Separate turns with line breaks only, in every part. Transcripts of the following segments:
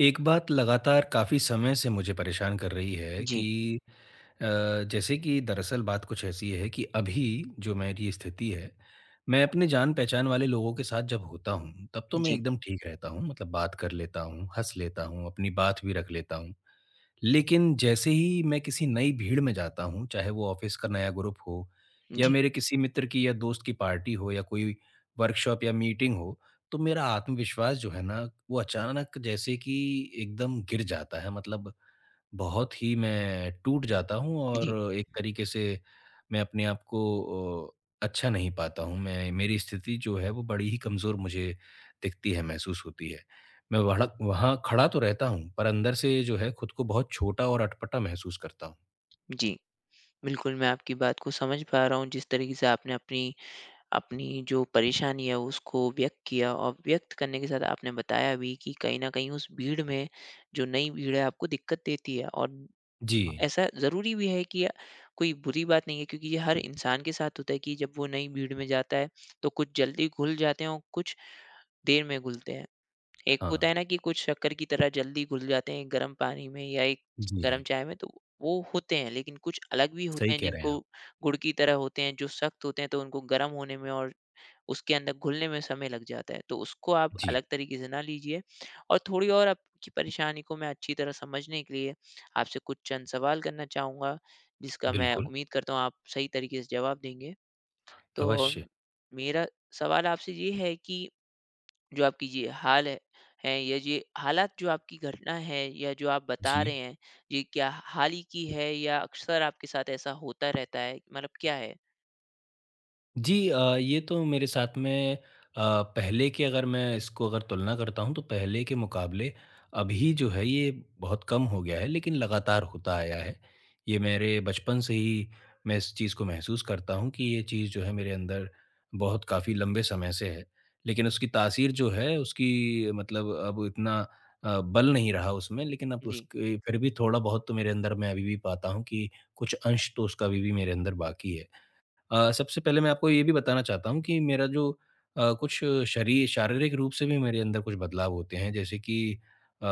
एक बात लगातार काफ़ी समय से मुझे परेशान कर रही है
जी,
कि अ, जैसे कि दरअसल बात कुछ ऐसी है कि अभी जो मेरी स्थिति है, मैं अपने जान-पहचान वाले लोगों के साथ जब होता हूँ, तब तो मैं
जी,
एकदम ठीक रहता हूँ, मतलब बात कर लेता हूँ, हँस लेता हूँ, अपनी बात भी रख लेता हूँ। लेकिन जैसे ही मैं किसी नई भीड़ में जाता हूँ, चाहे वो ऑफ़िस का नया ग्रुप हो या
जी,
मेरे किसी मित्र की या दोस्त की पार्टी हो या कोई वर्कशॉप या मीटिंग हो, तो मेरा आत्मविश्वास जो है ना, वो अचानक जैसे कि एकदम गिर जाता है। मतलब बहुत ही मैं टूट जाता हूँ
जी,
और एक तरीके से मैं अपने आप को अच्छा नहीं पाता हूँ। मैं मेरी स्थिति जो है, वो बड़ी ही कमज़ोर मुझे दिखती है, महसूस होती है। मैं वड़ा वहाँ खड़ा तो रहता हूँ, पर अंदर से जो है, खुद को बहुत छोटा और अटपटा महसूस करता हूँ।
जी। बिल्कुल, मैं आपकी बात को समझ पा रहा हूँ जिस तरीके से आपने अपनी अपनी जो परेशानी है उसको व्यक्त किया, और व्यक्त करने के साथ आपने बताया भी कि कहीं न कहीं उस भीड़ में जो नई भीड़ है आपको दिक्कत देती है। और
जी।
ऐसा ज़रूरी भी है, कि कोई बुरी बात नहीं है, क्योंकि ये हर इंसान के साथ होता है कि जब वो नई भीड़ में जाता है, तो कुछ जल्दी घुल जाते हैं और कुछ देर में घुलते हैं। एक
हाँ।
होता है ना, कि कुछ शक्कर की तरह जल्दी घुल जाते हैं गर्म पानी में या एक गर्म
जी।
चाय में, तो वो होते हैं, लेकिन कुछ अलग भी
सही
होते हैं
कह रहे हैं
जिनको
आप।
गुड़ की तरह होते हैं, जो सख्त होते हैं, तो उनको गर्म होने में और उसके अंदर घुलने में समय लग जाता है। तो उसको आप
जी,
अलग तरीके से ना लीजिए, और थोड़ी और आपकी परेशानी को मैं अच्छी तरह समझने के लिए आपसे कुछ चंद सवाल करना चाहूँगा, जिसका मैं
बिल्कुल,
उम्मीद करता हूँ आप सही तरीके से जवाब देंगे। तो
अवश्य।
मेरा सवाल आपसे ये है, कि जो आपकी ये हाल है हैं, या ये हालात, जो आपकी घटना है, या जो आप
जी।
बता रहे हैं, ये क्या हाल ही की है, या अक्सर आपके साथ ऐसा होता रहता है? मतलब क्या है?
जी। ये तो मेरे साथ में पहले की अगर मैं इसको अगर तुलना करता हूँ, तो पहले के मुकाबले अभी जो है, ये बहुत कम हो गया है, लेकिन लगातार होता आया है। ये मेरे बचपन से ही मैं इस चीज़ को महसूस करता हूँ कि ये चीज़ जो है मेरे अंदर बहुत काफ़ी लंबे समय से है। लेकिन उसकी तासीर जो है, उसकी मतलब अब इतना बल नहीं रहा उसमें, लेकिन अब
जी,
उसके फिर भी थोड़ा बहुत तो मेरे अंदर मैं अभी भी पाता हूँ कि कुछ अंश तो उसका अभी भी मेरे अंदर बाकी है। सबसे पहले मैं आपको ये भी बताना चाहता हूँ कि मेरा जो कुछ शरीर शारीरिक रूप से भी मेरे अंदर कुछ बदलाव होते हैं, जैसे कि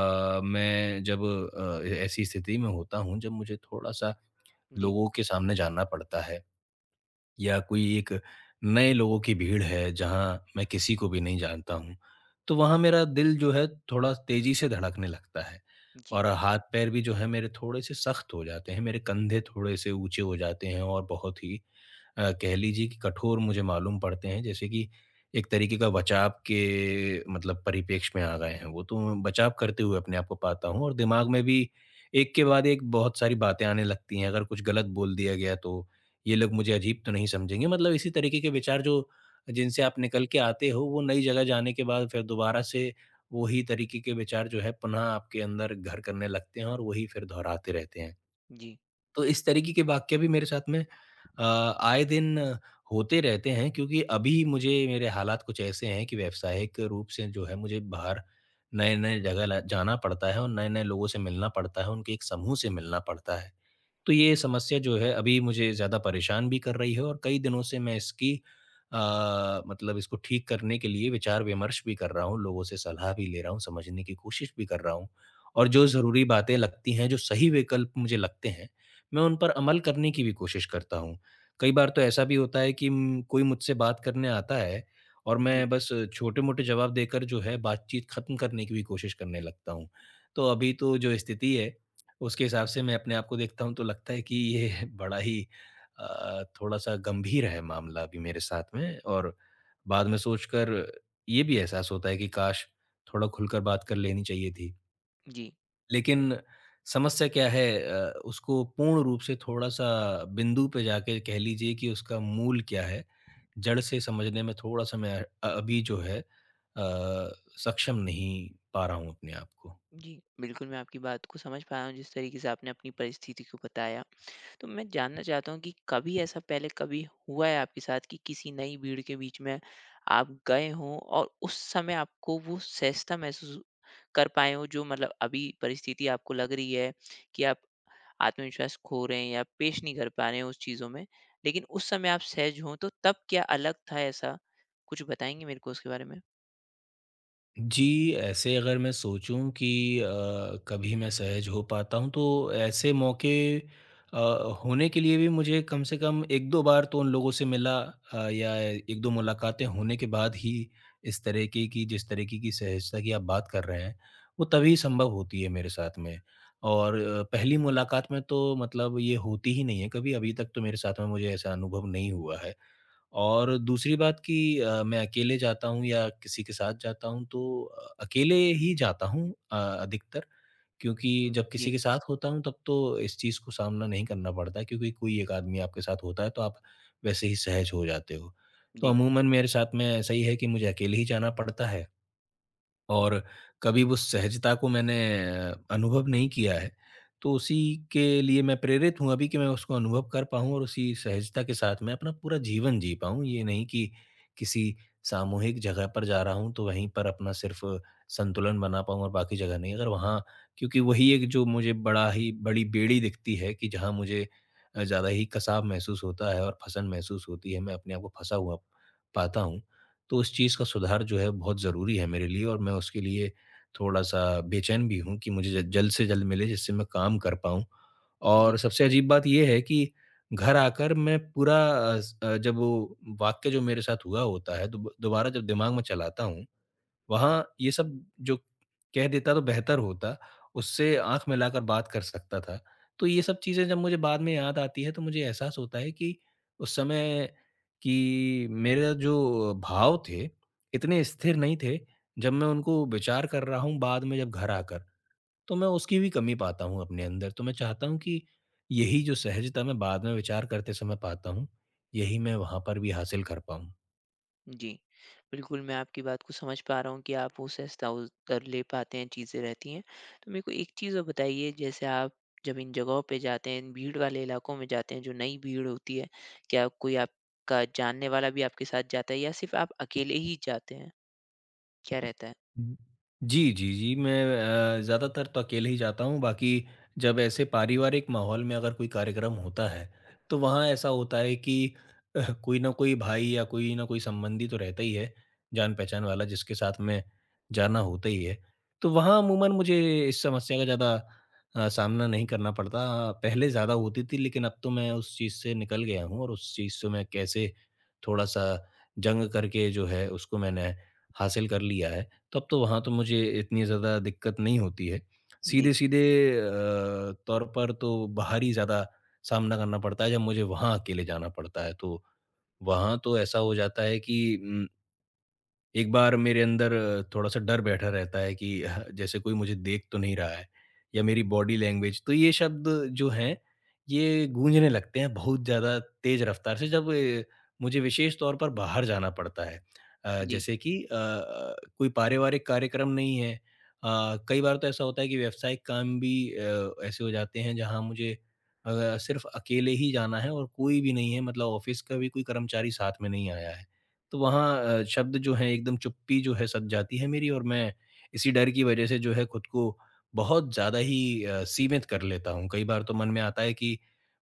मैं जब ऐसी स्थिति में होता हूँ, जब मुझे थोड़ा-सा
जी,
लोगों के सामने जाना पड़ता है या कोई एक नए लोगों की भीड़ है जहाँ मैं किसी को भी नहीं जानता हूँ, तो वहाँ मेरा दिल जो है थोड़ा तेज़ी से धड़कने लगता है
जी,
और हाथ-पैर भी जो है मेरे थोड़े-से सख्त हो जाते हैं, मेरे कंधे थोड़े-से ऊँचे हो जाते हैं और बहुत ही कह लीजिए कि कठोर मुझे मालूम पड़ते हैं, जैसे कि एक तरीके का बचाव के मतलब परिपेक्ष में आ गए हैं। वो तो मैं बचाव करते हुए अपने आप को पाता हूँ और दिमाग में भी एक के बाद एक बहुत सारी बातें आने लगती हैं, अगर कुछ गलत बोल दिया गया तो ये लोग
जी,
मुझे अजीब तो नहीं समझेंगे, मतलब इसी तरीके के विचार जो जिनसे आप निकल के आते हो, वो नई जगह जाने के बाद फिर दोबारा से वही तरीके के विचार जो है, पुनः आपके अंदर घर करने लगते हैं और वही फिर दोहराते रहते हैं।
जी,
तो इस तरीके के वाक्य भी मेरे साथ में अ, आए दिन होते रहते हैं, क्योंकि अभी मुझे मेरे हालात कुछ ऐसे हैं कि व्यावसायिक रूप से जो है, मुझे बाहर नए-नए जगह ल जाना पड़ता है और नए-नए लोगों से मिलना पड़ता है, उनके एक समूह से मिलना पड़ता है। तो ये समस्या जो है अभी मुझे ज़्यादा परेशान भी कर रही है और कई दिनों से मैं इसकी मतलब इसको ठीक करने के लिए विचार-विमर्श भी कर रहा हूँ, लोगों से सलाह भी ले रहा हूँ, समझने की कोशिश भी कर रहा हूँ। और जो ज़रूरी बातें लगती हैं, जो सही विकल्प मुझे लगते हैं, मैं उन पर अमल करने की भी कोशिश करता हूँ। कई बार तो ऐसा भी होता है कि कोई मुझसे बात करने आता है और
जी,
मैं बस छोटे-मोटे जवाब देकर जो है बातचीत खत्म करने की भी कोशिश करने लगता हूँ। तो अभी तो जो स्थिति है उसके हिसाब से मैं अपने आप को देखता हूँ तो लगता है कि ये बड़ा ही थोड़ा-सा गंभीर है मामला अभी मेरे साथ में, और बाद में सोचकर ये भी एहसास होता है कि काश थोड़ा खुलकर बात कर लेनी चाहिए थी।
जी,
लेकिन समस्या क्या है, उसको पूर्ण रूप से थोड़ा-सा बिंदु पे जाके कह लीजिए कि उसका मूल क्या है, जड़ से समझने में थोड़ा-सा मैं अभी जो है सक्षम नहीं पा रहा हूँ अपने आप को।
जी। बिल्कुल, मैं आपकी बात को समझ पाया हूँ जिस तरीके से आपने अपनी परिस्थिति को बताया। तो मैं जानना चाहता हूँ कि कभी ऐसा पहले कभी हुआ है आपके साथ, कि किसी नई भीड़ के बीच में आप गए हों, और उस समय आपको वो सहजता महसूस कर पाए हो, जो मतलब अभी परिस्थिति आपको लग रही है, कि आप आत्मविश्वास खो रहे हैं या पेश नहीं कर पा रहे हैं उस चीज़ों में, लेकिन उस समय आप सहज हों, तो तब क्या अलग था? ऐसा कुछ बताएंगे मेरे को उसके बारे में?
जी, ऐसे अगर मैं सोचूँ कि अ, कभी मैं सहज हो पाता हूँ, तो ऐसे मौके अ, होने के लिए भी मुझे कम से कम 1-2 बार तो उन लोगों से मिला, या 1-2 मुलाकातें होने के बाद ही इस तरीके की जिस तरीके की सहजता की आप बात कर रहे हैं, वो तभी संभव होती है मेरे साथ में। और पहली मुलाकात में तो मतलब ये होती ही नहीं है कभी, अभी तक तो मेरे साथ में मुझे ऐसा अनुभव नहीं हुआ है। और दूसरी बात कि मैं अकेले जाता हूँ या किसी के साथ जाता हूँ, तो अकेले ही जाता हूँ अधिकतर, क्योंकि
हम्म,
जब
जी,
किसी के साथ होता हूँ तब तो इस चीज़ को सामना नहीं करना पड़ता है, क्योंकि कोई एक आदमी आपके साथ होता है तो आप वैसे ही सहज हो जाते हो। तो
जी,
अमूमन मेरे साथ में ऐसा ही है कि मुझे अकेले ही जाना पड़ता है। और कभी वो सहजता को मैंने अनुभव नहीं किया है, तो उसी के लिए मैं प्रेरित हूँ अभी कि मैं उसको अनुभव कर पाऊँ और उसी सहजता के साथ मैं अपना पूरा जीवन जी पाऊँ। ये नहीं कि किसी सामूहिक जगह पर जा रहा हूँ, तो वहीं पर अपना सिर्फ़ संतुलन बना पाऊँ और बाकी जगह नहीं। अगर वहाँ क्योंकि वही एक जो मुझे बड़ा ही बड़ी बेड़ी दिखती है कि जहाँ मुझे ज़्यादा ही कसाव महसूस होता है और फँसन महसूस होती है, मैं अपने आप को फँसा हुआ पाता हूँ। तो उस चीज़ का सुधार जो है बहुत ज़रूरी है मेरे लिए, और मैं उसके लिए थोड़ा-सा बेचैन भी हूँ कि मुझे ज जल्द से जल्द मिले, जिससे मैं काम कर पाऊँ।
जी,
और सबसे अजीब बात ये है कि घर आकर मैं पूरा जब वो वाक्य जो मेरे साथ हुआ होता है, दोबारा जब दिमाग में चलाता हूँ, वहाँ ये सब जो कह देता तो बेहतर होता, उससे आँख मिलाकर बात कर सकता था। तो ये सब चीज़ें जब मुझे बाद में याद आती है, तो मुझे एहसास होता है कि उस समय कि मेरा जो भाव थे, इतने स्थिर नहीं थे, जब मैं उनको विचार कर रहा हूँ बाद में जब घर आकर, तो मैं उसकी भी कमी पाता हूँ अपने अंदर। तो मैं चाहता हूँ कि यही जो सहजता मैं बाद में विचार करते समय पाता हूँ, यही मैं वहाँ पर भी हासिल कर पाऊँ।
जी, बिल्कुल, मैं आपकी बात को समझ पा रहा हूँ कि आप वो सहजता उतर ले पाते हैं, चीज़ें रहती हैं। तो मेरे को एक चीज़ और बताइए, जैसे आप जब इन जगहों पे जाते हैं, इन भीड़ वाले इलाकों में जाते हैं जो नई भीड़ होती है, क्या कोई आपका जानने वाला भी आपके साथ जाता है, या सिर्फ़ आप अकेले ही जाते हैं? क्या रहता है?
हुँ। जी, जी, जी, मैं ज़्यादातर तो अकेले ही जाता हूँ, बाकी जब ऐसे पारिवारिक माहौल में अगर कोई कार्यक्रम होता है, तो वहाँ ऐसा होता है कि कोई ना कोई भाई या कोई ना कोई संबंधी तो रहता ही है, जान-पहचान वाला जिसके साथ में जाना होता ही है। तो वहाँ अमूमन मुझे इस समस्या का ज़्यादा सामना नहीं करना पड़ता। पहले ज़्यादा होती थी, लेकिन अब तो मैं उस चीज़ से निकल गया हूँ और उस चीज़ से मैं कैसे थोड़ा-सा जंग करके जो है, उसको मैंने हासिल कर लिया है। तब तो वहाँ तो मुझे इतनी ज़्यादा दिक्कत नहीं होती है।
जी,
सीधे-सीधे तौर पर तो बाहरी ज़्यादा सामना करना पड़ता है जब मुझे वहाँ अकेले जाना पड़ता है। तो वहाँ तो ऐसा हो जाता है कि उम एक बार मेरे अंदर थोड़ा-सा डर बैठा रहता है कि ह जैसे कोई मुझे देख तो नहीं रहा है या मेरी बॉडी लैंग्वेज, तो ये शब्द जो हैं, ये गूँजने लगते हैं बहुत ज़्यादा तेज़ रफ़्तार से जब मुझे विशेष तौर पर बाहर जाना पड़ता है।
जी।
जैसे कि कोई पारिवारिक कार्यक्रम नहीं है। कई बार तो ऐसा होता है कि व्यावसायिक काम भी ऐसे हो जाते हैं जहाँ मुझे अ, सिर्फ़ अकेले ही जाना है और कोई भी नहीं है, मतलब ऑफ़िस का भी कोई कर्मचारी साथ में नहीं आया है। तो वहाँ शब्द जो हैं एकदम चुप्पी जो है सध जाती है मेरी, और मैं इसी डर की वजह से जो है खुद को बहुत ज़्यादा ही सीमित कर लेता हूँ। कई बार तो मन में आता है कि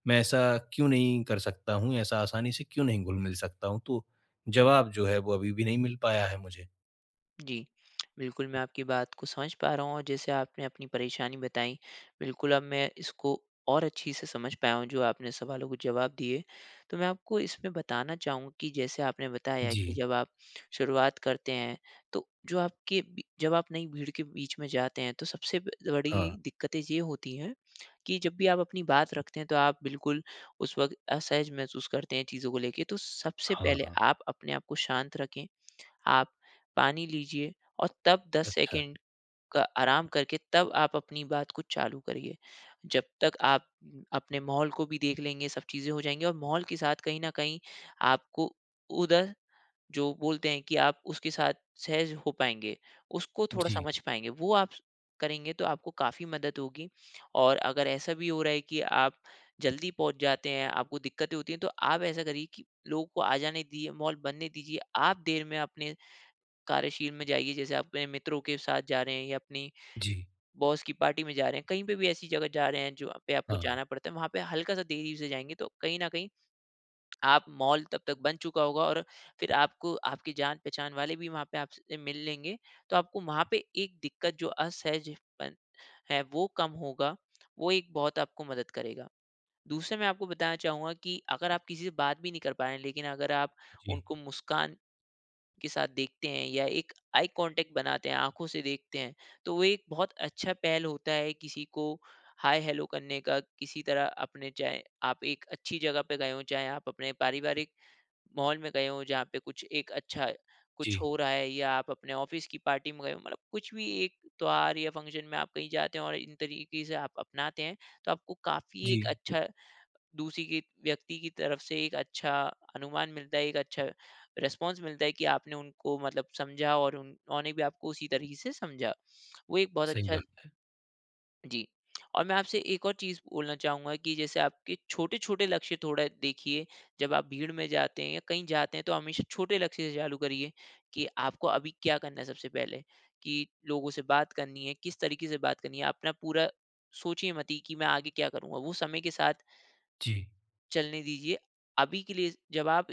मैं ऐसा क्यों नहीं कर सकता हूँ, ऐसा आसानी से क्यों नहीं घुल-मिल सकता हूँ? तो जवाब जो है वो अभी भी नहीं मिल पाया है मुझे।
जी, बिल्कुल, मैं आपकी बात को समझ पा रहा हूँ, और जैसे आपने अपनी परेशानी बताई, बिल्कुल अब मैं इसको और अच्छी से समझ पाया हूँ, जो आपने सवालों को जवाब दिए। तो मैं आपको इसमें बताना चाहूँगा कि जैसे आपने बताया कि
जी।
जब आप शुरुआत करते हैं, तो जो आपके बी जब आप नई भीड़ के बीच में जाते हैं, तो सबसे ब
हाँ।
बड़ी दिक्कतें ये होती हैं, कि जब भी आप अपनी बात रखते हैं, तो आप बिल्कुल उस वक़्त असहज महसूस करते हैं चीज़ों को लेके। तो सबसे
हाँ।
पहले
हाँ,
आप अपने आप को शांत रखें, आप पानी लीजिए, और तब 10
अच्छा।
सेकंड का आराम करके तब आप अपनी बात को चालू करिए। जब तक आप अपने माहौल को भी देख लेंगे, सब चीज़ें हो जाएँगी, और माहौल के साथ कहीं न कहीं आपको उधर जो बोलते हैं कि आप उसके साथ सहज हो पाएँगे, उसको थोड़ा
जी,
समझ पाएँगे। वो आप करेंगे तो आपको काफ़ी मदद होगी। और अगर ऐसा भी हो रहा है कि आप जल्दी पहुँच जाते हैं, आपको दिक्कतें होती हैं, तो आप ऐसा करिए कि लोगों को आ जाने दीजिए, माहौल बनने दीजिए। आप देर में अपने कार्यशील में जाइए, जैसे आप अपने मित्रों के साथ जा रहे हैं, या अपनी
जी।
बॉस की पार्टी में जा रहे हैं, कहीं पे भी ऐसी जगह जा रहे हैं जहाँ पे आपको
हाँ।
जाना पड़ता है, वहाँ पे हल्का-सा देरी से जाएँगे तो कहीं न कहीं आप मॉल तब तक बंद चुका होगा, और फिर आपको आपके जान-पहचान वाले भी वहाँ पे आपसे मिल लेंगे, तो आपको वहाँ पे एक दिक्कत जो असहजपन है वो कम होगा, वो एक बहुत आपको मदद करेगा। दूसरा, मैं आपको बताना चाहूँगा कि अगर आप किसी से बात भी नहीं कर पा रहे हैं, लेकिन अगर आप
जी,
उनको मुस्कान के साथ देखते हैं, या एक आई कांटेक्ट बनाते हैं, आँखों से देखते हैं, तो वो एक बहुत अच्छा पहल होता है किसी को हाय हेलो करने का, किसी तरह अपने, चाहे आप एक अच्छी जगह पे गए हों, चाहे आप अपने पारिवारिक मॉल में गए हो जहाँ पे कुछ एक अच्छा कुछ
जी,
हो रहा है, या आप अपने ऑफिस की पार्टी में गए हो, मतलब कुछ भी एक त्योहार या फंक्शन में आप कहीं जाते हैं, और इन तरीके से आप अपनाते हैं, तो आपको काफी
जी।
एक अच्छा, दूसरी की व्यक्ति की तरफ से एक अच्छा अनुमान मिलता है, एक अच्छा रिस्पॉन्स मिलता है, कि आपने उनको मतलब समझा, और उन्होंने भी आपको उसी तरीके से समझा, वो एक बहुत
सही
अच्छा।
बात।
जी। और मैं आपसे एक और चीज़ बोलना चाहूँगा, कि जैसे आपके छोटे-छोटे लक्ष्य थोड़ा देखिए, जब आप भीड़ में जाते हैं या कहीं जाते हैं, तो हमेशा छोटे लक्ष्य से चालू करिए, कि आपको अभी क्या करना है सबसे पहले, कि लोगों से बात करनी है, किस तरीके से बात करनी है, अपना पूरा सोचिए मत ही कि मैं आगे क्या करूँगा, वो समय के साथ
जी,
चलने दीजिए। अभी के लिए जब आप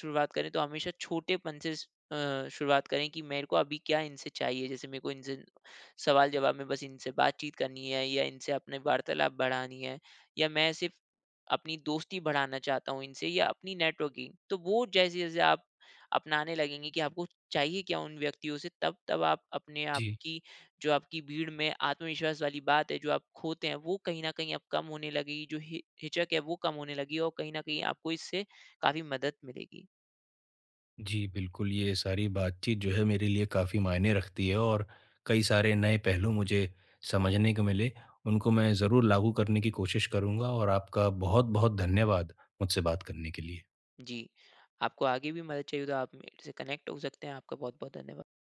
शुरुआत करें, तो हमेशा छोटेपन से शुरुआत करें, कि मेरे को अभी क्या इनसे चाहिए? जैसे मेरे को इनसे सवाल जवाब में बस इनसे बातचीत करनी है, या इनसे अपने वार्तालाप बढ़ानी है, या मैं सिर्फ़ अपनी दोस्ती बढ़ाना चाहता हूँ इनसे, या अपनी नेटवर्किंग। तो वो जैसे-जैसे आप अपनाने लगेंगे कि आपको चाहिए क्या उन व्यक्तियों से, तब-तब आप अपने आप
जी।
की जो आपकी भीड़ में आत्मविश्वास वाली बात है जो आप खोते हैं, वो कहीं न कहीं अब कम होने लगेगी, जो हि हिचक है वो कम होने लगेगी, और कहीं न कहीं आपको इससे काफ़ी मदद मिलेगी।
जी, बिल्कुल, ये सारी बातचीत जो है मेरे लिए काफ़ी मायने रखती है और कई सारे नए पहलू मुझे समझने को मिले, उनको मैं ज़रूर लागू करने की कोशिश करूँगा और आपका बहुत-बहुत धन्यवाद मुझसे बात करने के लिए।
जी, आपको आगे भी मदद चाहिए हो तो आप मेरे से कनेक्ट हो सकते हैं। आपका बहुत-बहुत धन्यवाद।